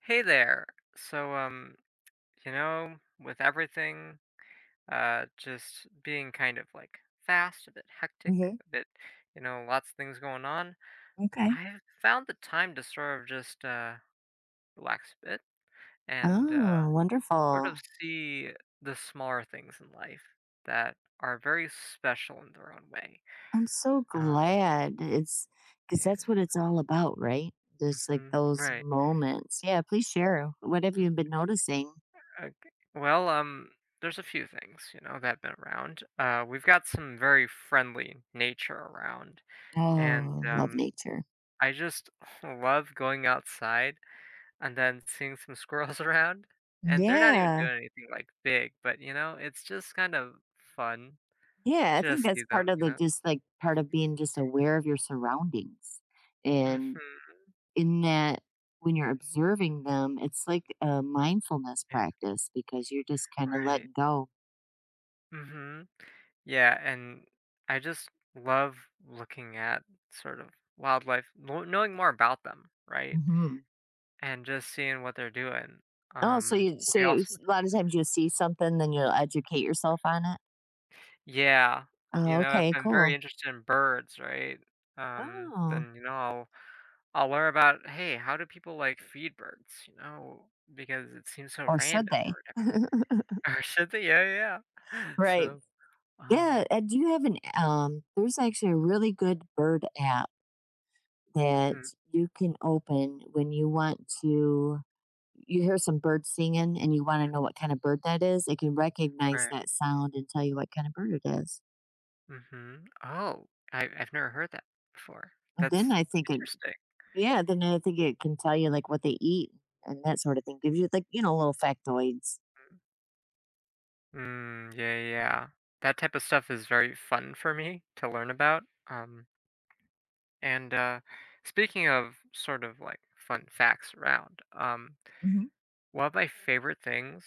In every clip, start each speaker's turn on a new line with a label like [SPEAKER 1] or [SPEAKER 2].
[SPEAKER 1] Hey there. So, um, you know, with everything, just being kind of like fast, a bit hectic,
[SPEAKER 2] Mhm.
[SPEAKER 1] a bit, you know, lots of things going on,
[SPEAKER 2] Okay.
[SPEAKER 1] I've found the time to sort of just relax a bit and
[SPEAKER 2] Oh,
[SPEAKER 1] sort of
[SPEAKER 2] wonderful.
[SPEAKER 1] see the smaller things in life that are very special in their own way.
[SPEAKER 2] I'm so
[SPEAKER 1] Um,
[SPEAKER 2] glad it's because that's what
[SPEAKER 1] yeah,
[SPEAKER 2] it's all about, right? Just like
[SPEAKER 1] hmm,
[SPEAKER 2] those
[SPEAKER 1] right.
[SPEAKER 2] moments. Yeah, please share. What have you been noticing?
[SPEAKER 1] Ok. Well, there's a few things, you know, that have been around. We've got some very friendly nature around, and
[SPEAKER 2] Oh, love
[SPEAKER 1] um,
[SPEAKER 2] nature.
[SPEAKER 1] I just love going outside and then seeing some squirrels around, and they're not even
[SPEAKER 2] Yeah.
[SPEAKER 1] doing anything like big, but you know, it's just kind of fun
[SPEAKER 2] Yeah.
[SPEAKER 1] to
[SPEAKER 2] I think
[SPEAKER 1] just
[SPEAKER 2] that's
[SPEAKER 1] see them,
[SPEAKER 2] part of
[SPEAKER 1] you
[SPEAKER 2] the
[SPEAKER 1] know.
[SPEAKER 2] just like part of being just aware of your surroundings. And
[SPEAKER 1] Mhm.
[SPEAKER 2] in that, when you're observing them, it's like a mindfulness
[SPEAKER 1] eh,
[SPEAKER 2] practice because you're just kind of
[SPEAKER 1] Right.
[SPEAKER 2] letting go.
[SPEAKER 1] Mhm. Yeah, and I just love looking at sort of wildlife, knowing more about them, right?
[SPEAKER 2] hmm
[SPEAKER 1] And just seeing what they're doing.
[SPEAKER 2] Oh, so
[SPEAKER 1] Um,
[SPEAKER 2] you so
[SPEAKER 1] we also,
[SPEAKER 2] it's a lot of times you'll see something, then you'll educate yourself on it?
[SPEAKER 1] yeah, you
[SPEAKER 2] Oh,
[SPEAKER 1] know, if
[SPEAKER 2] okay,
[SPEAKER 1] I'm very
[SPEAKER 2] cool.
[SPEAKER 1] interested in birds, right?
[SPEAKER 2] Oh,
[SPEAKER 1] Then you know, I'll learn about hey, how do people like feed birds? You know, because it seems so
[SPEAKER 2] or should
[SPEAKER 1] random or
[SPEAKER 2] they?
[SPEAKER 1] whatever. Or should they? Yeah, yeah.
[SPEAKER 2] Right.
[SPEAKER 1] Um,
[SPEAKER 2] Yeah, and do you have an there's actually a really good bird app that
[SPEAKER 1] hmm,
[SPEAKER 2] you can open when you want to you hear some bird singing and you wanna know what kind of bird that is, it can recognize
[SPEAKER 1] right,
[SPEAKER 2] that sound and tell you what kind of bird it is.
[SPEAKER 1] mm-hmm. Oh, I've never heard that before.
[SPEAKER 2] And then
[SPEAKER 1] That's
[SPEAKER 2] I think it
[SPEAKER 1] interesting.
[SPEAKER 2] Yeah, then I think it can tell you, like, what they eat and that sort of thing. Gives you, like, you know, little factoids.
[SPEAKER 1] Mm, yeah, yeah. That type of stuff is very fun for me to learn about. And Speaking of sort of like fun facts around,
[SPEAKER 2] Mhm.
[SPEAKER 1] one of my favorite things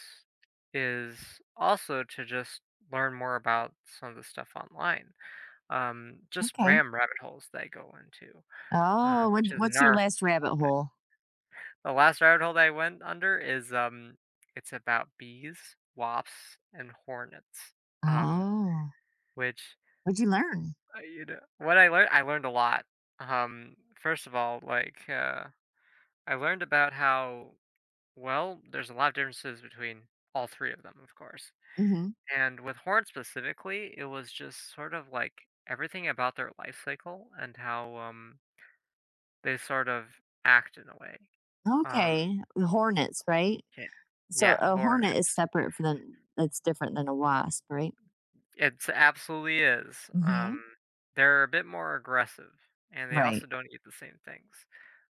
[SPEAKER 1] is also to just learn more about some of the stuff online. Just
[SPEAKER 2] Okay.
[SPEAKER 1] random rabbit holes that I go into,
[SPEAKER 2] Oh, what
[SPEAKER 1] which is
[SPEAKER 2] what's your
[SPEAKER 1] another
[SPEAKER 2] last
[SPEAKER 1] fun
[SPEAKER 2] rabbit
[SPEAKER 1] thing.
[SPEAKER 2] hole?
[SPEAKER 1] The last rabbit hole that I went under is it's about bees, wasps, and hornets. Um,
[SPEAKER 2] Oh,
[SPEAKER 1] which
[SPEAKER 2] what'd you learn?
[SPEAKER 1] You know, what I learned a lot. First of all, like. I learned about how, well, there's a lot of differences between all three of them, of course.
[SPEAKER 2] Mhm.
[SPEAKER 1] And with horn specifically, it was just sort of like everything about their life cycle and how they sort of act in a way. Um,
[SPEAKER 2] Okay, hornets, right?
[SPEAKER 1] Okay.
[SPEAKER 2] So
[SPEAKER 1] Yeah,
[SPEAKER 2] a hornet is
[SPEAKER 1] hornets.
[SPEAKER 2] separate from the that's different than a wasp, right?
[SPEAKER 1] It's absolutely is.
[SPEAKER 2] Mhm.
[SPEAKER 1] They're a bit more aggressive, and they
[SPEAKER 2] Right.
[SPEAKER 1] also don't eat the same things.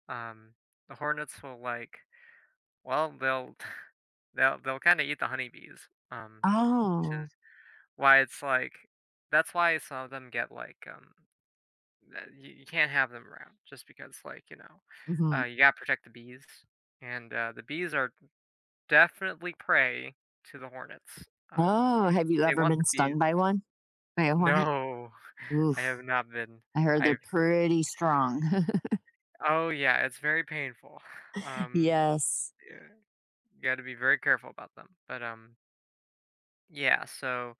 [SPEAKER 1] Um, the hornets will like, well, they'll they'll kind of eat the honeybees.
[SPEAKER 2] Oh.
[SPEAKER 1] Why it's like that's why some of them get like, you can't have them around just because like, you know,
[SPEAKER 2] Mhm.
[SPEAKER 1] you gotta protect the bees, and the bees are definitely prey to the hornets. Um,
[SPEAKER 2] Oh, have you
[SPEAKER 1] they
[SPEAKER 2] ever
[SPEAKER 1] want
[SPEAKER 2] been
[SPEAKER 1] the bees.
[SPEAKER 2] stung by one? By a hornet?
[SPEAKER 1] No, I
[SPEAKER 2] Oof.
[SPEAKER 1] have not been.
[SPEAKER 2] I heard they're
[SPEAKER 1] I've
[SPEAKER 2] pretty strong.
[SPEAKER 1] Oh, yeah, it's very painful. Um,
[SPEAKER 2] Yes.
[SPEAKER 1] yeah, you gotta be very careful about them, but, yeah, so,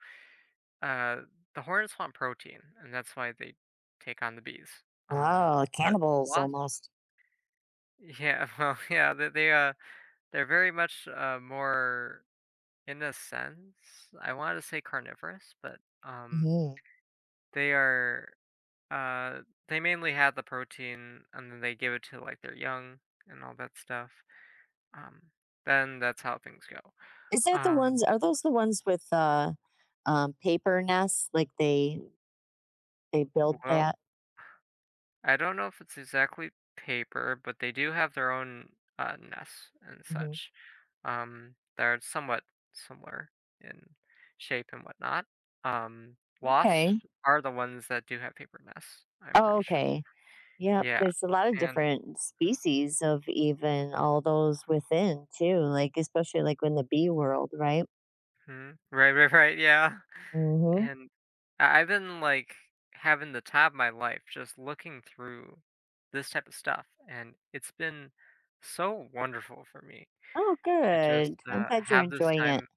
[SPEAKER 1] uh, the hornets want protein, and that's why they take on the bees. Um,
[SPEAKER 2] Oh,
[SPEAKER 1] but
[SPEAKER 2] cannibals
[SPEAKER 1] wasps.
[SPEAKER 2] almost.
[SPEAKER 1] Yeah, well, yeah, they, they're very much, more in a sense, I wanted to say carnivorous, but,
[SPEAKER 2] Mhm.
[SPEAKER 1] they are, uh, they mainly have the protein, and then they give it to, like, their young and all that stuff, um, then that's how things go.
[SPEAKER 2] Is that the
[SPEAKER 1] Um,
[SPEAKER 2] ones are those the ones with, paper nests? Like, they build
[SPEAKER 1] well,
[SPEAKER 2] that?
[SPEAKER 1] I don't know if it's exactly paper, but they do have their own, nests and
[SPEAKER 2] Mhm.
[SPEAKER 1] such. They're somewhat similar in shape and whatnot. Wasps
[SPEAKER 2] Okay.
[SPEAKER 1] are the ones that do have paper nests, I'm
[SPEAKER 2] Oh,
[SPEAKER 1] pretty sure.
[SPEAKER 2] okay. Yep,
[SPEAKER 1] Yeah,
[SPEAKER 2] there's a lot of
[SPEAKER 1] and
[SPEAKER 2] different species of even all those within too, like, especially, like, in the bee world, right?
[SPEAKER 1] mhm, right, right, right, yeah.
[SPEAKER 2] Mhm.
[SPEAKER 1] And I've been like having the time of my life just looking through this type of stuff, and it's been so wonderful for me
[SPEAKER 2] Oh,
[SPEAKER 1] to just
[SPEAKER 2] good. I'm glad you're
[SPEAKER 1] have this
[SPEAKER 2] enjoying it.
[SPEAKER 1] time,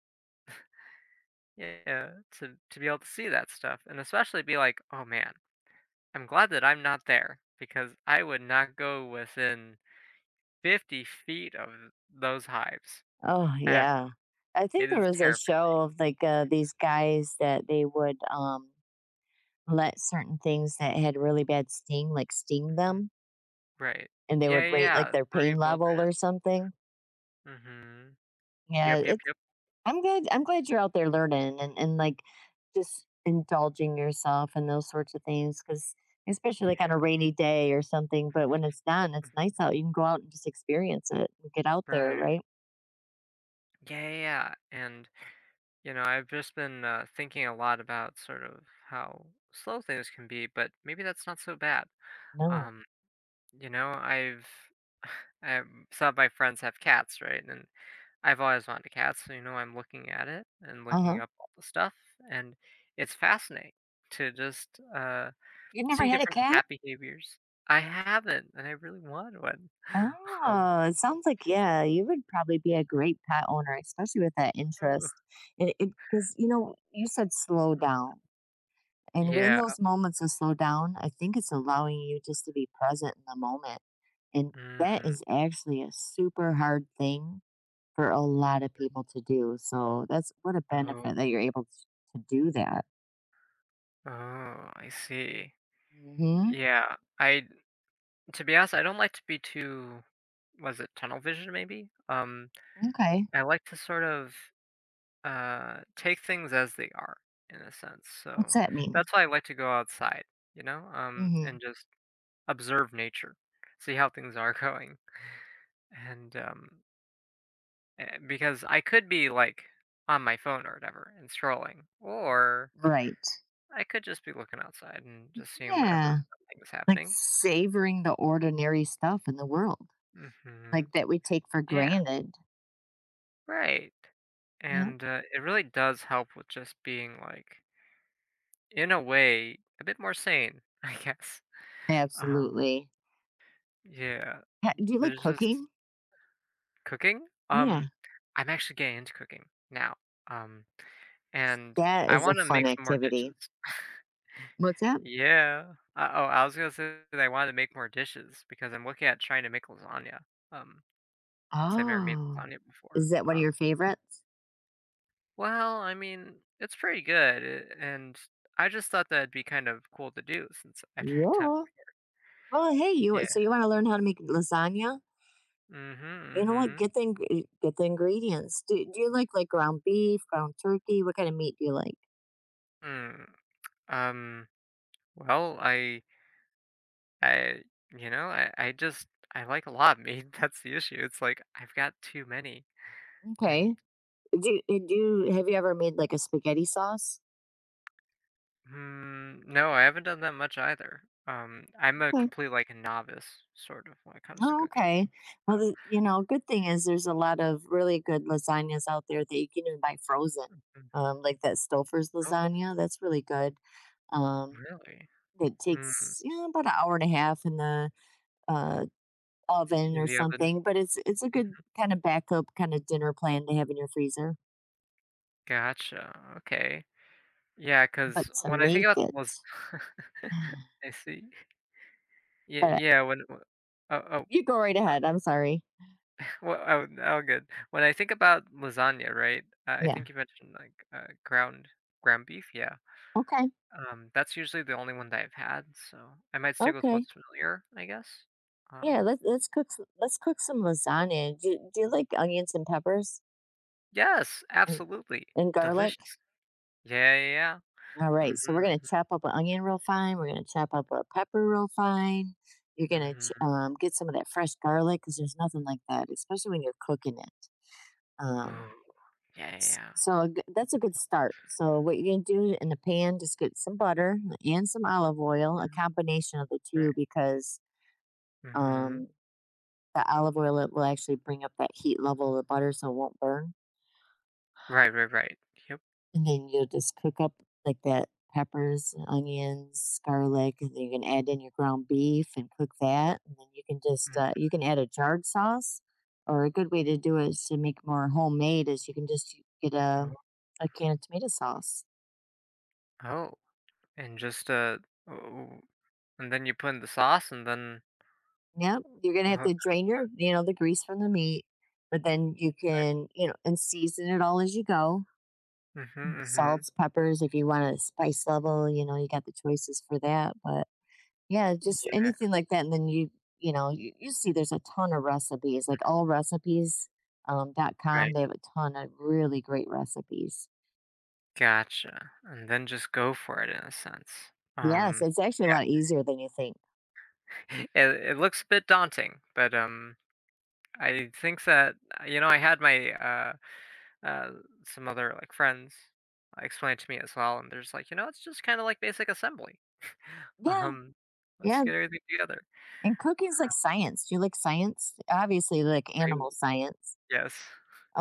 [SPEAKER 1] yeah, to be able to see that stuff, and especially be like, oh man. I'm glad that I'm not there because I would not go within 50 feet of those hives.
[SPEAKER 2] Oh,
[SPEAKER 1] Ever.
[SPEAKER 2] yeah. I think
[SPEAKER 1] It
[SPEAKER 2] there
[SPEAKER 1] is
[SPEAKER 2] was a
[SPEAKER 1] terrifying.
[SPEAKER 2] show of, like, these guys that they would, let certain things that had really bad sting like sting
[SPEAKER 1] Mhm.
[SPEAKER 2] them
[SPEAKER 1] Right.
[SPEAKER 2] and they
[SPEAKER 1] Yeah,
[SPEAKER 2] would
[SPEAKER 1] yeah,
[SPEAKER 2] rate like
[SPEAKER 1] yeah.
[SPEAKER 2] their pain
[SPEAKER 1] Brave
[SPEAKER 2] level
[SPEAKER 1] Wilderness.
[SPEAKER 2] or something.
[SPEAKER 1] Mm-hmm.
[SPEAKER 2] Yeah,
[SPEAKER 1] Yep, yep,
[SPEAKER 2] it's
[SPEAKER 1] yep.
[SPEAKER 2] I'm good. I'm glad you're out there learning and like just indulging yourself and those sorts of things because especially like on a
[SPEAKER 1] Yeah.
[SPEAKER 2] rainy day or something, but when it's done, it's
[SPEAKER 1] Mm-hmm.
[SPEAKER 2] nice out. You can go out and just experience it and get out there,
[SPEAKER 1] Right.
[SPEAKER 2] right?
[SPEAKER 1] Yeah, yeah, yeah. And, you know, I've just been thinking a lot about sort of how slow things can be, but maybe that's not so bad.
[SPEAKER 2] No.
[SPEAKER 1] Um, you know, I've I, some of my friends have cats, right? And I've always wanted a cat, so, you know, I'm looking at it and looking
[SPEAKER 2] Uh-huh.
[SPEAKER 1] up all the stuff, and it's fascinating to just,
[SPEAKER 2] You've never
[SPEAKER 1] see
[SPEAKER 2] had a
[SPEAKER 1] different
[SPEAKER 2] cat?
[SPEAKER 1] cat behaviors. I haven't, and I really want one. Um,
[SPEAKER 2] Oh, it sounds like yeah, you would probably be a great pet owner, especially with that
[SPEAKER 1] Ooh,
[SPEAKER 2] interest. It because you know you said slow
[SPEAKER 1] mm,
[SPEAKER 2] down, and when
[SPEAKER 1] yeah,
[SPEAKER 2] those moments of slow down, I think it's allowing you just to be present in the moment, and that
[SPEAKER 1] mm,
[SPEAKER 2] is actually a super hard thing for a lot of people to do. So that's what a benefit
[SPEAKER 1] oh,
[SPEAKER 2] that you're able to do that.
[SPEAKER 1] oh, I see.
[SPEAKER 2] hmm
[SPEAKER 1] Yeah, I to be honest, I don't like to be too was it tunnel vision maybe?
[SPEAKER 2] Okay,
[SPEAKER 1] I like to sort of take things as they are in a sense.
[SPEAKER 2] what's
[SPEAKER 1] So
[SPEAKER 2] that mean?
[SPEAKER 1] that's why I like to go outside, you know, and
[SPEAKER 2] hmm
[SPEAKER 1] just observe nature, see how things are going, and because I could be like on my phone or whatever and scrolling, or
[SPEAKER 2] Right.
[SPEAKER 1] I could just be looking outside and just seeing whatever
[SPEAKER 2] Yeah,
[SPEAKER 1] thing is
[SPEAKER 2] like
[SPEAKER 1] happening.
[SPEAKER 2] savoring the ordinary stuff in the world. Like,
[SPEAKER 1] Hmm.
[SPEAKER 2] that we take for
[SPEAKER 1] Yeah,
[SPEAKER 2] granted.
[SPEAKER 1] right.
[SPEAKER 2] Yeah,
[SPEAKER 1] And it really does help with just being like, in a way, a bit more sane, I guess. Um,
[SPEAKER 2] absolutely.
[SPEAKER 1] Yeah,
[SPEAKER 2] Ha do you like
[SPEAKER 1] there's
[SPEAKER 2] cooking?
[SPEAKER 1] just cooking.
[SPEAKER 2] Yeah.
[SPEAKER 1] I'm actually getting into cooking now. Um, and
[SPEAKER 2] That
[SPEAKER 1] I
[SPEAKER 2] is a
[SPEAKER 1] want to
[SPEAKER 2] fun
[SPEAKER 1] make some more
[SPEAKER 2] activity.
[SPEAKER 1] dishes.
[SPEAKER 2] What's that?
[SPEAKER 1] Yeah. Oh, I was gonna say that I wanted to make more dishes because I'm looking at trying to make lasagna. Um, since I've never made
[SPEAKER 2] Oh.
[SPEAKER 1] lasagna before.
[SPEAKER 2] Is that one of your favorites?
[SPEAKER 1] Well, I mean, it's pretty good, and I just thought that'd be kind of cool to do since I've never done.
[SPEAKER 2] Yeah. Well, hey, you so
[SPEAKER 1] Yeah.
[SPEAKER 2] you wanna learn how to make lasagna?
[SPEAKER 1] Mm-hmm.
[SPEAKER 2] You know what?
[SPEAKER 1] Mm-hmm.
[SPEAKER 2] Get the ingre get the ingredients. Do you like, ground beef, ground turkey? What kinda meat do you like?
[SPEAKER 1] Mm. Um. Well, I you know, I just I like a lot, man, that's the issue, it's like, I've got too many, and,
[SPEAKER 2] Okay. Do you have you ever made, like, a spaghetti sauce?
[SPEAKER 1] mm, no, I haven't done that much either, I'm a
[SPEAKER 2] Okay.
[SPEAKER 1] complete, like, novice, sort of, when it comes to
[SPEAKER 2] Oh,
[SPEAKER 1] cooking,
[SPEAKER 2] okay. Well,
[SPEAKER 1] so
[SPEAKER 2] the, you know, good thing is there's a lot of really good lasagnas out there that you can even buy frozen.
[SPEAKER 1] mm,
[SPEAKER 2] Like that Stouffer's
[SPEAKER 1] oh,
[SPEAKER 2] lasagna, that's really good. Um,
[SPEAKER 1] really?
[SPEAKER 2] it
[SPEAKER 1] Mm,
[SPEAKER 2] takes you know, about an hour and a half in the uh, oven
[SPEAKER 1] in
[SPEAKER 2] or
[SPEAKER 1] the oven?
[SPEAKER 2] something, but it's a good
[SPEAKER 1] Mhm,
[SPEAKER 2] kind of backup kind of dinner plan to have in your freezer.
[SPEAKER 1] gotcha, okay. Yeah, because
[SPEAKER 2] But to
[SPEAKER 1] when I think
[SPEAKER 2] make
[SPEAKER 1] about the
[SPEAKER 2] it,
[SPEAKER 1] las I see. Yeah,
[SPEAKER 2] but
[SPEAKER 1] yeah, when w oh, oh.
[SPEAKER 2] you go right ahead. I'm sorry.
[SPEAKER 1] Well, oh, oh, good. When I think about lasagna, right? I think
[SPEAKER 2] Yeah.
[SPEAKER 1] you mentioned like ground beef. Yeah,
[SPEAKER 2] Okay.
[SPEAKER 1] that's usually the only one that I've had, so I might stick with
[SPEAKER 2] Okay.
[SPEAKER 1] what's familiar, I guess.
[SPEAKER 2] Yeah.
[SPEAKER 1] Um,
[SPEAKER 2] Let's cook let's cook some lasagna. Do you like onions and peppers?
[SPEAKER 1] yes,
[SPEAKER 2] And
[SPEAKER 1] absolutely
[SPEAKER 2] and garlic?
[SPEAKER 1] delicious. Yeah, yeah, yeah.
[SPEAKER 2] Alright,
[SPEAKER 1] Mhm.
[SPEAKER 2] so we're gonna chop up an onion real fine, we're gonna chop up a pepper real fine, you're
[SPEAKER 1] Mhm,
[SPEAKER 2] gonna ch
[SPEAKER 1] mhm.
[SPEAKER 2] get some of that fresh garlic because there's nothing like that, especially when you're cooking it. Um,
[SPEAKER 1] Ooh, Yeah, yeah,
[SPEAKER 2] s
[SPEAKER 1] yeah.
[SPEAKER 2] so a g that's a good start. So what you're gonna do in the pan, just get some butter and some olive oil, a
[SPEAKER 1] Mhm.
[SPEAKER 2] combination of the two
[SPEAKER 1] Right.
[SPEAKER 2] because,
[SPEAKER 1] Mhm.
[SPEAKER 2] um, the olive oil, it will actually bring up that heat level of the butter so it won't burn.
[SPEAKER 1] Right, right, right. Yep.
[SPEAKER 2] And then you'll just cook up like that peppers, onions, garlic, and then you can add in your ground beef and cook that. And then you can just
[SPEAKER 1] Mhm.
[SPEAKER 2] you can add a jarred sauce, or a good way to do it is to make more homemade is you can just get
[SPEAKER 1] Oh,
[SPEAKER 2] a can of tomato sauce.
[SPEAKER 1] oh, and just oh, and then you put in the sauce, and then.
[SPEAKER 2] Yep, you're gonna have
[SPEAKER 1] Uh,
[SPEAKER 2] to drain your you know the grease from the meat, but then you can you know and season it all as you go.
[SPEAKER 1] mhm,
[SPEAKER 2] Yeah.
[SPEAKER 1] mhm.
[SPEAKER 2] Salts, peppers, if you want a spice level, you know you got the choices for that, but yeah, just
[SPEAKER 1] Yeah,
[SPEAKER 2] anything like that, and then you know, you see there's a ton of recipes, like allrecipes, dot com,
[SPEAKER 1] right.
[SPEAKER 2] they have a ton of really great recipes.
[SPEAKER 1] Gotcha. And then just go for it in a sense.
[SPEAKER 2] Yes, it's actually a
[SPEAKER 1] Yeah,
[SPEAKER 2] lot easier than you think.
[SPEAKER 1] it looks a bit daunting, but I think that you know I had my uh some other like friends explain it to me as well, and they're just like, you know, it's just kind of like basic assembly.
[SPEAKER 2] Yeah,
[SPEAKER 1] Um, let's
[SPEAKER 2] yeah,
[SPEAKER 1] get everything together.
[SPEAKER 2] and cooking's like science. Do you like science? Obviously, you like
[SPEAKER 1] I,
[SPEAKER 2] animal science.
[SPEAKER 1] yes,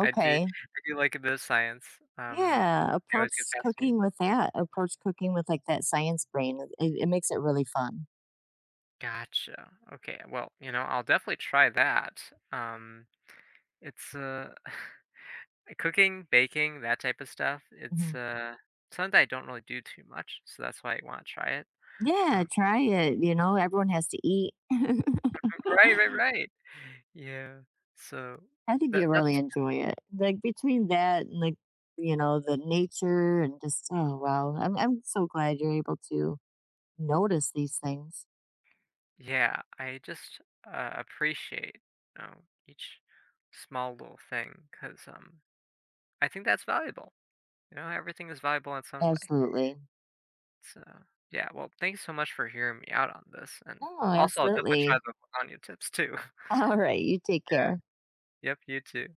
[SPEAKER 1] I do. I do like a bit of science. Um,
[SPEAKER 2] Yeah,
[SPEAKER 1] I always get
[SPEAKER 2] approach cooking
[SPEAKER 1] fascinated.
[SPEAKER 2] with that. Approach cooking with, like, that science brain. It makes it really fun.
[SPEAKER 1] Gotcha. Okay. Well, you know, I'll definitely try that. It's, cooking, baking, that type of stuff, it's,
[SPEAKER 2] Mhm.
[SPEAKER 1] something that I don't really do too much, so that's why I wanna try it.
[SPEAKER 2] Yeah,
[SPEAKER 1] Um.
[SPEAKER 2] try it, you know, everyone has to eat.
[SPEAKER 1] Right, right, right. Yeah. So,
[SPEAKER 2] I think
[SPEAKER 1] that
[SPEAKER 2] you really
[SPEAKER 1] that's
[SPEAKER 2] enjoy it. Like between that and like you know the nature and just oh wow, I'm so glad you're able to notice these things.
[SPEAKER 1] yeah, I just, appreciate, you know, each small little thing 'cause, I think that's valuable, you know, everything is valuable in its own way.
[SPEAKER 2] Absolutely.
[SPEAKER 1] So, yeah, well, thanks so much for hearing me out on this, and
[SPEAKER 2] No,
[SPEAKER 1] also I'll definitely try
[SPEAKER 2] absolutely.
[SPEAKER 1] the lasagna tips too.
[SPEAKER 2] All right, you take
[SPEAKER 1] Yeah.
[SPEAKER 2] care.
[SPEAKER 1] Yep, you too.